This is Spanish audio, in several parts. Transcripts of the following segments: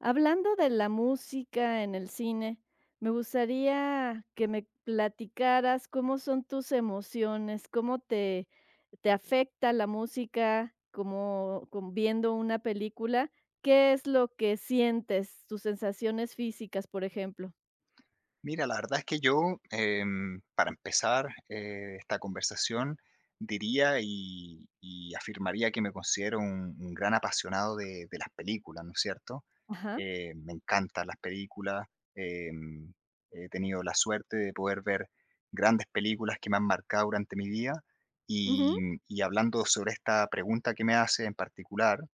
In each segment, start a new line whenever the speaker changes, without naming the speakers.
Hablando de la música en el cine, me gustaría que me platicaras cómo son tus emociones, cómo te afecta la música, como viendo una película, qué es lo que sientes, tus sensaciones físicas, por ejemplo.
Mira, la verdad es que yo, para empezar esta conversación, diría y afirmaría que me considero un gran apasionado de las películas, ¿no es cierto?
Ajá.
Me encantan las películas, em, he tenido la suerte de poder ver grandes películas que me han marcado durante mi vida y,
Ujú.
y hablando sobre esta pregunta que me hace en particular,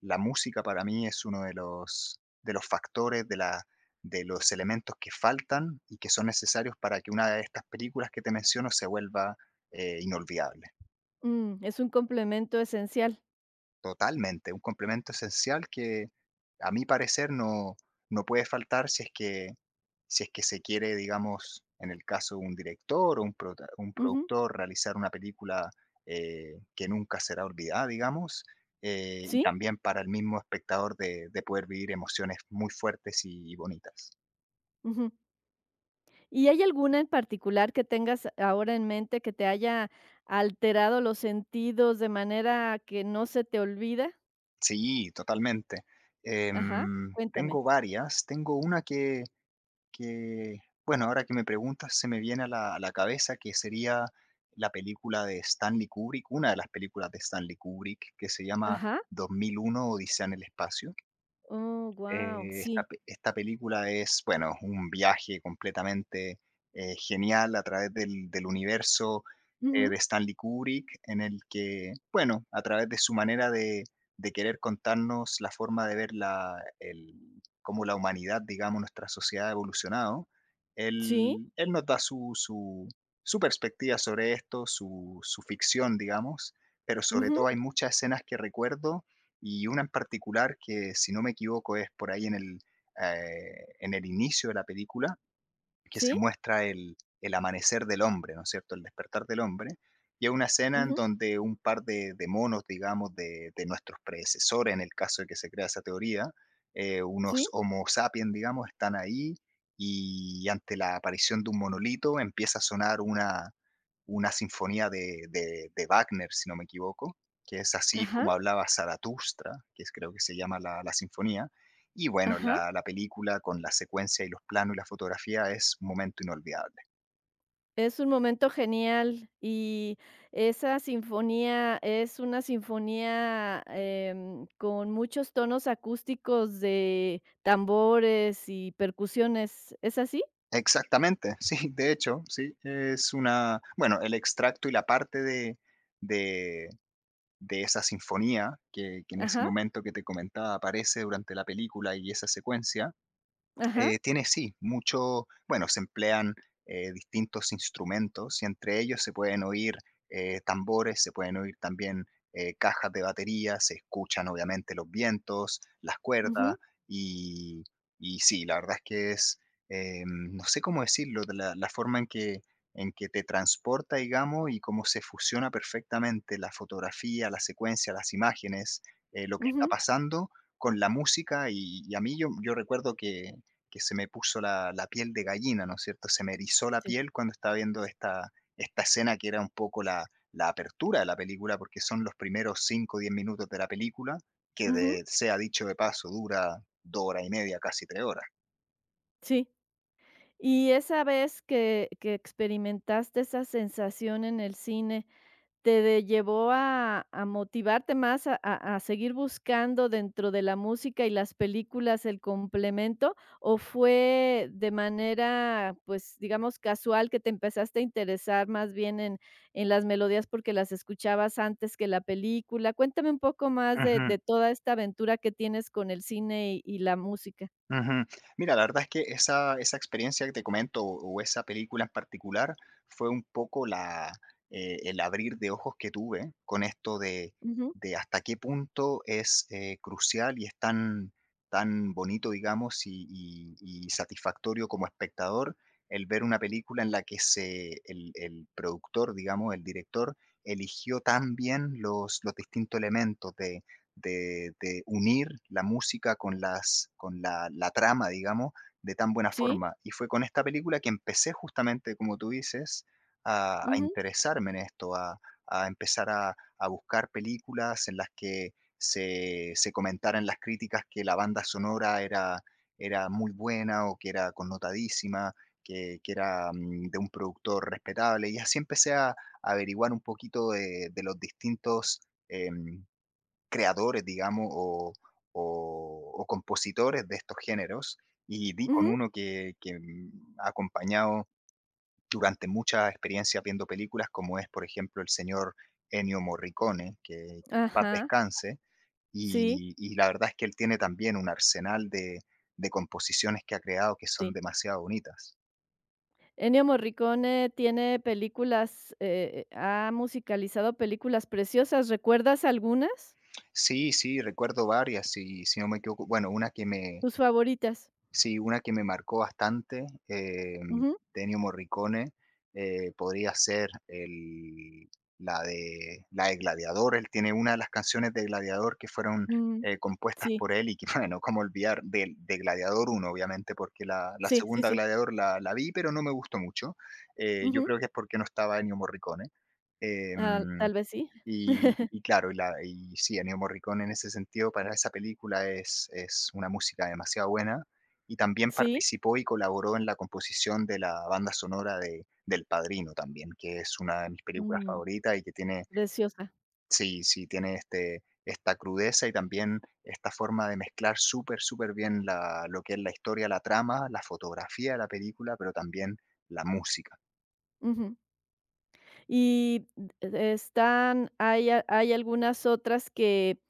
la música para mí es uno de los factores de los elementos que faltan y que son necesarios para que una de estas películas que te menciono se vuelva inolvidable.
Es un complemento esencial.
Totalmente, un complemento esencial que a mi parecer no puede faltar si es que se quiere, digamos, en el caso de un director o un
Ujú.
productor, realizar una película que nunca será olvidada, digamos, y
¿Sí?
también para el mismo espectador de poder vivir emociones muy fuertes y bonitas.
¿Y hay alguna en particular que tengas ahora en mente que te haya alterado los sentidos de manera que no se te olvida?
Sí, totalmente.
Ajá, cuéntame.
Tengo varias. Tengo una que, bueno, ahora que me preguntas, se me viene a la cabeza que sería la película de Stanley Kubrick, una de las películas de Stanley Kubrick, que se llama
Ajá.
2001 Odisea en el espacio.
Oh, guau, sí.
Esta película es, bueno, un viaje completamente, genial a través del universo, de
Ujú.
Stanley Kubrick, en el que, bueno, a través de su manera de querer contarnos la forma de ver la el cómo la humanidad, digamos, nuestra sociedad ha evolucionado,
Sí,
él nos da su perspectiva sobre esto, su ficción, digamos, pero sobre
ujú,
todo hay muchas escenas que recuerdo y una en particular que, si no me equivoco, es por ahí en el inicio de la película, que se
sí,
muestra el amanecer del hombre, ¿no es cierto?, el despertar del hombre, y es una escena en
ujú,
donde un par de monos, digamos, de nuestros predecesores, en el caso de que se crea esa teoría, unos
sí.
Homo sapiens, digamos, están ahí, y ante la aparición de un monolito empieza a sonar una sinfonía de Wagner, si no me equivoco, que es así
Ajá,
como hablaba Zaratustra, que es creo que se llama la sinfonía, y bueno,
ajá.
la película con la secuencia y los planos y la fotografía es un momento inolvidable.
Es un momento genial y esa sinfonía es una sinfonía, con muchos tonos acústicos de tambores y percusiones, ¿es así?
Exactamente, sí, de hecho, sí, es una, bueno, el extracto y la parte de, de esa sinfonía que en ese
Ajá.
momento que te comentaba aparece durante la película y esa secuencia.
Ajá.
Tiene, sí, mucho, bueno, se emplean distintos instrumentos y entre ellos se pueden oír tambores, se pueden oír también cajas de batería, se escuchan obviamente los vientos, las cuerdas,
Ujú,
y, y sí, la verdad es que es, no sé cómo decirlo, de la forma en que te transporta, digamos, y cómo se fusiona perfectamente la fotografía, la secuencia, las imágenes, lo que está
ujú,
pasando con la música, y a mí yo recuerdo que se me puso la piel de gallina, ¿no es cierto? Se me erizó la
sí.
piel cuando estaba viendo esta escena que era un poco la apertura de la película, porque son los primeros 5 o 10 minutos de la película, que
Ujú.
sea dicho de paso, dura 2 horas y media, casi 3 horas.
Sí. Y esa vez que experimentaste esa sensación en el cine, Te de llevó a motivarte más a seguir buscando dentro de la música y las películas el complemento, ¿o fue de manera, pues, digamos, casual que te empezaste a interesar más bien en las melodías porque las escuchabas antes que la película? Cuéntame un poco más de
Ujú.
de toda esta aventura que tienes con el cine y la música.
Ujú. Mira, la verdad es que esa experiencia que te comento o esa película en particular fue un poco el abrir de ojos que tuve con esto de,
Ujú.
de hasta qué punto es crucial y es tan, tan bonito, digamos, y satisfactorio como espectador el ver una película en la que el productor, digamos, el director, eligió tan bien los distintos elementos de unir la música con la trama, digamos, de tan buena
Sí.
forma. Y fue con esta película que empecé justamente, como tú dices, a
Ujú,
interesarme en esto, a empezar a buscar películas en las que se comentaran las críticas que la banda sonora era muy buena o que era connotadísima, que era, de un productor respetable. Y así empecé a averiguar un poquito de los distintos, em, creadores, digamos, o compositores de estos géneros, y di con
ujú.
uno que me ha acompañado durante muchas experiencias viendo películas, como es, por ejemplo, el señor Ennio Morricone, que paz
Ajá.
descanse,
Sí,
y la verdad es que él tiene también un arsenal de composiciones que ha creado que son
sí.
demasiado bonitas.
Ennio Morricone tiene películas, ha musicalizado películas preciosas, ¿recuerdas algunas?
Sí, sí, recuerdo varias, y si no me equivoco, bueno, una que me
Tus favoritas.
sí, una que me marcó bastante,
Ujú,
Ennio Morricone, podría ser el la de Gladiador. Él tiene una de las canciones de Gladiador que fueron,
mm,
compuestas
sí,
por él y que, bueno, no cómo olvidar del de Gladiador uno, obviamente, porque la
sí, sí,
segunda
sí,
Gladiador la vi, pero no me gustó mucho. Yo
ujú,
creo que es porque no estaba Ennio Morricone.
ah,
Em
tal vez sí,
y claro, y sí, Ennio Morricone en ese sentido para esa película es una música demasiado buena, y también
sí,
participó y colaboró en la composición de la banda sonora de del Padrino también, que es una de mis películas
mm,
favoritas y que tiene,
preciosa,
sí, sí, esta crudeza y también esta forma de mezclar superbién la lo que es la historia, la trama, la fotografía de la película, pero también la música.
ujú. Y e-, están hay a hay algunas otras que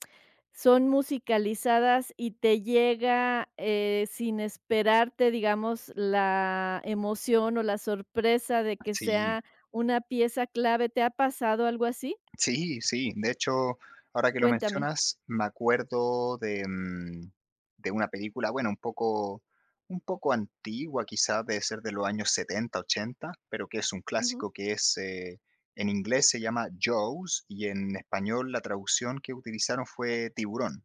son musicalizadas y te llega, sin esperarte, digamos, la emoción o la sorpresa de que
Sí.
sea una pieza clave, ¿te ha pasado algo así?
Sí, sí. De hecho, ahora que lo
Cuéntame.
mencionas, me acuerdo de una película, bueno, un poco antigua, quizás debe ser de los años 70, 80, pero que es un
Ujú.
clásico que es, en inglés se llama Jaws y en español la traducción que utilizaron fue Tiburón.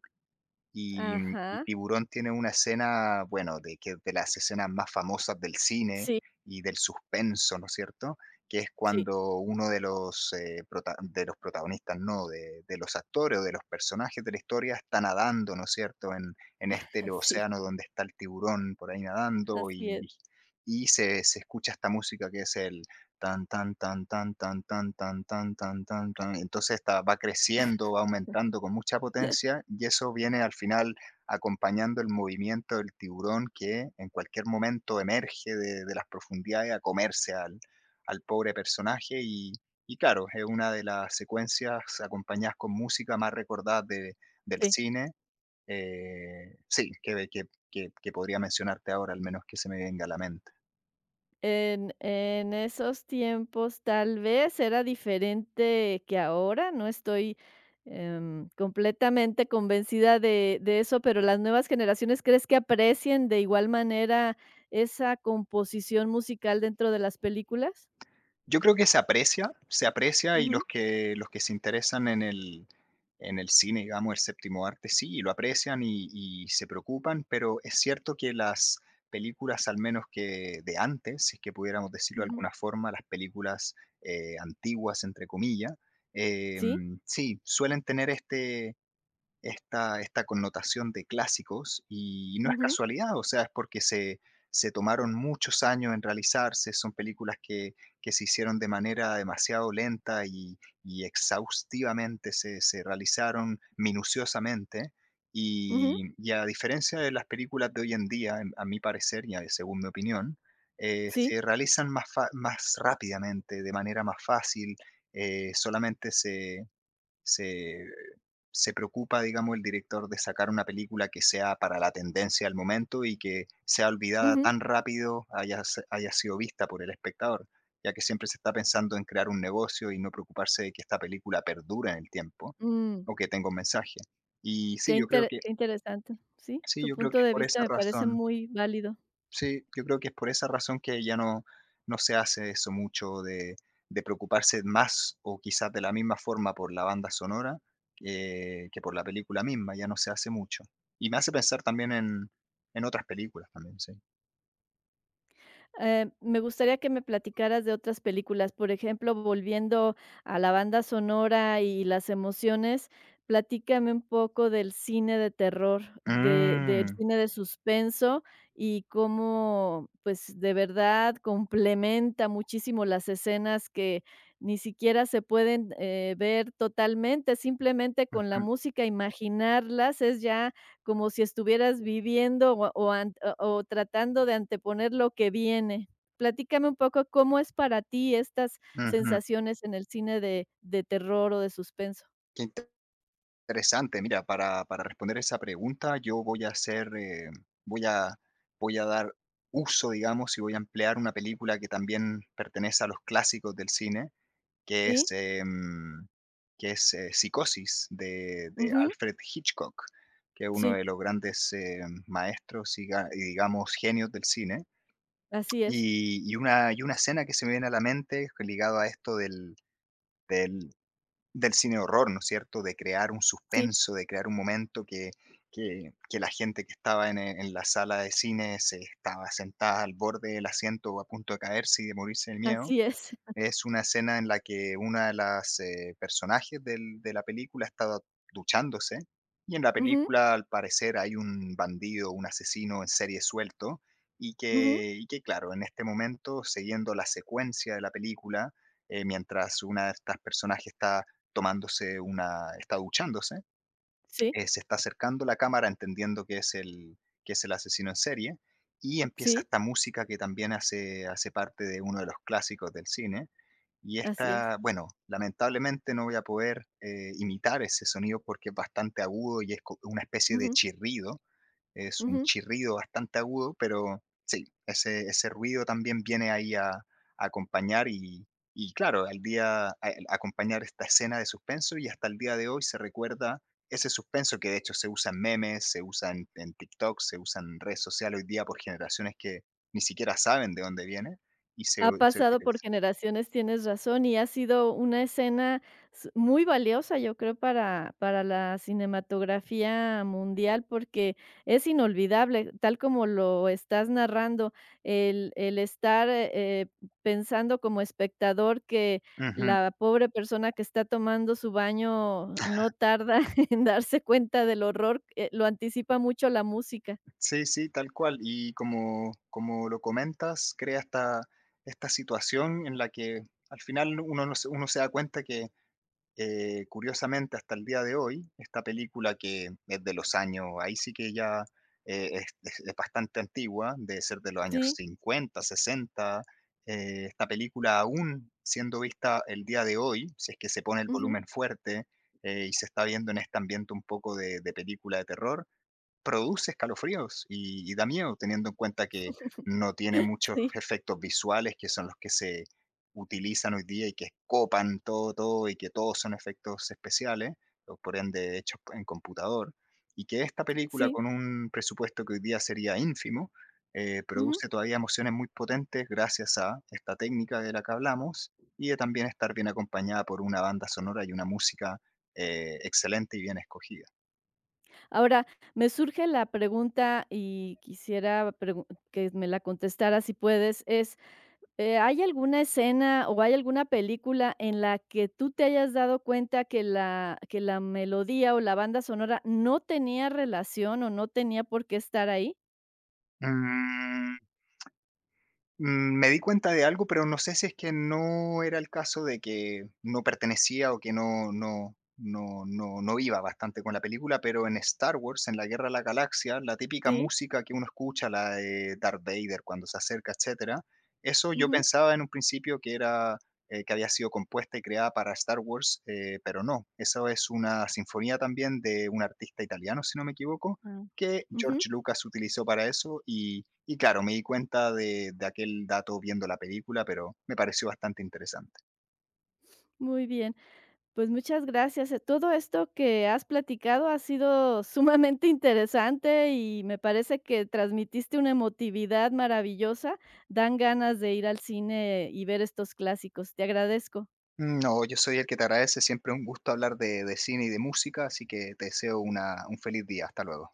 Y, y
Ajá.
Tiburón tiene una escena, bueno, de las escenas más famosas del cine
Sí,
y del suspenso, ¿no es cierto? Que es
sí,
cuando uno de los protagonistas, no, de los actores o de los personajes de la historia está nadando, ¿no es cierto? En este
sí,
océano donde está el tiburón por ahí nadando,
así
y,
es,
y se escucha esta música que es el Tan, tan, tan, tan, tan, tan, tan, tan, tan, tan, tan. Entonces está va creciendo, va aumentando con mucha potencia y eso viene al final acompañando el movimiento del tiburón que en cualquier momento emerge de las profundidades a comerse al pobre personaje, y claro, es una de las secuencias acompañadas con música más recordadas de del
sí.
cine, sí, que podría mencionarte ahora, al menos que se me venga a la mente.
En esos tiempos, tal vez era diferente que ahora, no estoy, completamente convencida de eso, pero las nuevas generaciones, ¿crees que aprecien de igual manera esa composición musical dentro de las películas?
Yo creo que se aprecia y los
Ujú,
que los que se interesan en el cine, digamos, el séptimo arte, sí, lo aprecian y se preocupan, pero es cierto que las películas, al menos que de antes, si es que pudiéramos decirlo de
ujú.
alguna forma, las películas, "antiguas", entre comillas,
Sí,
sí, suelen tener esta connotación de clásicos y no es
ujú,
casualidad, o sea, es porque se tomaron muchos años en realizarse, son películas que se hicieron de manera demasiado lenta y exhaustivamente, se realizaron minuciosamente.
ujú,
Y a diferencia de las películas de hoy en día, a mi parecer y según mi opinión, se
sí,
realizan más rápidamente, de manera más fácil, solamente se, se preocupa, digamos, el director de sacar una película que sea para la tendencia del momento y que sea olvidada
ujú,
tan rápido haya sido vista por el espectador, ya que siempre se está pensando en crear un negocio y no preocuparse de que esta película perdure en el tiempo
mm,
o que tenga un mensaje. Y sí,
qué
yo creo
intere
que,
qué interesante. Sí,
sí,
tu
yo creo
punto
que es
de
por
vista
esa
me parece
razón
muy válido.
Sí, yo creo que es por esa razón que ya no se hace eso mucho de preocuparse más o quizás de la misma forma por la banda sonora que por la película misma, ya no se hace mucho. Y me hace pensar también en otras películas también, sí.
Me gustaría que me platicaras de otras películas, por ejemplo, volviendo a la banda sonora y las emociones, platícame un poco del cine de terror, de del
Mm,
cine de suspenso y cómo, pues, de verdad complementa muchísimo las escenas que ni siquiera se pueden, ver totalmente, simplemente con la
ujú,
música, imaginarlas es ya como si estuvieras viviendo o tratando de anteponer lo que viene. Platícame un poco, ¿cómo es para ti estas
ujú.
sensaciones en el cine de terror o de suspenso?
Qué interesante. Mira, para responder esa pregunta, yo voy a hacer, voy a, voy a dar uso, digamos, y voy a emplear una película que también pertenece a los clásicos del cine, que es,
Sí,
em, que es, Psicosis de
ujú,
Alfred Hitchcock, que es uno de
sí,
los grandes, maestros y digamos genios del cine.
así es,
Y una escena que se me viene a la mente ligado a esto del del cine horror, ¿no es cierto? De crear un
sí,
suspenso, de crear un momento que la gente que estaba en la sala de cine se estaba sentada al borde del asiento o a punto de caerse y de morirse del miedo.
así es.
Es una escena en la que una de las, personajes del de la película está duchándose, y en la
Ujú,
película, al parecer, hay un bandido, un asesino en serie suelto, y
ujú,
que y que, claro, en este momento, siguiendo la secuencia de la película, mientras una de estas personajes está tomándose una está duchándose.
sí,
Se está acercando la cámara, entendiendo que es el asesino en serie, y empieza
sí,
esta música que también hace parte de uno de los clásicos del cine. Y
así es.
esta, bueno, lamentablemente no voy a poder imitar ese sonido porque es bastante agudo y es una especie de
Ujú,
chirrido. Es un
ujú.
chirrido bastante agudo, pero sí, ese ruido también viene ahí a acompañar, y claro, al acompañar esta escena de suspenso. Y hasta el día de hoy se recuerda ese suspenso que de hecho se usa en memes, se usa en TikTok, se usa en redes sociales hoy día por generaciones que ni siquiera saben de dónde viene y se,
Ha
se
pasado por
utiliza.
generaciones, tienes razón, y ha sido una escena s muy valiosa, yo creo, para la cinematografía mundial, porque es inolvidable, tal como lo estás narrando, el estar, pensando como espectador que la pobre persona que está tomando su baño no tarda en darse cuenta del horror, lo anticipa mucho la música.
Sí, sí, tal cual. Y como lo comentas, crea esta situación en la que al final uno, no se- uno se da cuenta que, curiosamente, hasta el día de hoy, esta película que es de los años, ahí sí que ya, es bastante antigua, debe ser de los años
Sí,
50 sesenta. Esta película, aún siendo vista el día de hoy, si es que se pone el
ujú,
volumen fuerte, y se está viendo en este ambiente un poco de película de terror, produce escalofríos y da miedo, teniendo en cuenta que no tiene muchos
sí,
efectos visuales, que son los que se utilizan hoy día y que copan todo, todo, y que todos son efectos especiales, o por ende hechos en computador, y que esta película,
sí,
con un presupuesto que hoy día sería ínfimo,
ujú.
produce todavía emociones muy potentes gracias a esta técnica de la que hablamos y de también estar bien acompañada por una banda sonora y una música excelente y bien escogida.
Ahora, me surge la pregunta y quisiera pregun que me la contestaras si puedes, ¿hay alguna escena o hay alguna película en la que tú te hayas dado cuenta que la melodía o la banda sonora no tenía relación o no tenía por qué estar ahí?
Mm. Me di cuenta de algo, pero no sé si es que no era el caso de que no pertenecía o que no iba bastante con la película, pero en Star Wars, en la Guerra de la Galaxia, la típica
Sí.
música que uno escucha, la de Darth Vader cuando se acerca, etcétera, eso yo
Ujú.
pensaba en un principio que era, que había sido compuesta y creada para Star Wars, pero no, eso es una sinfonía también de un artista italiano, si no me equivoco,
Ah.
que
Ujú.
George Lucas utilizó para eso, y claro, me di cuenta de aquel dato viendo la película, pero me pareció bastante interesante.
Muy bien. Pues muchas gracias. Todo esto que has platicado ha sido sumamente interesante y me parece que transmitiste una emotividad maravillosa. Dan ganas de ir al cine y ver estos clásicos. Te agradezco.
No, yo soy el que te agradece, siempre un gusto hablar de cine y de música, así que te deseo una un feliz día, hasta luego.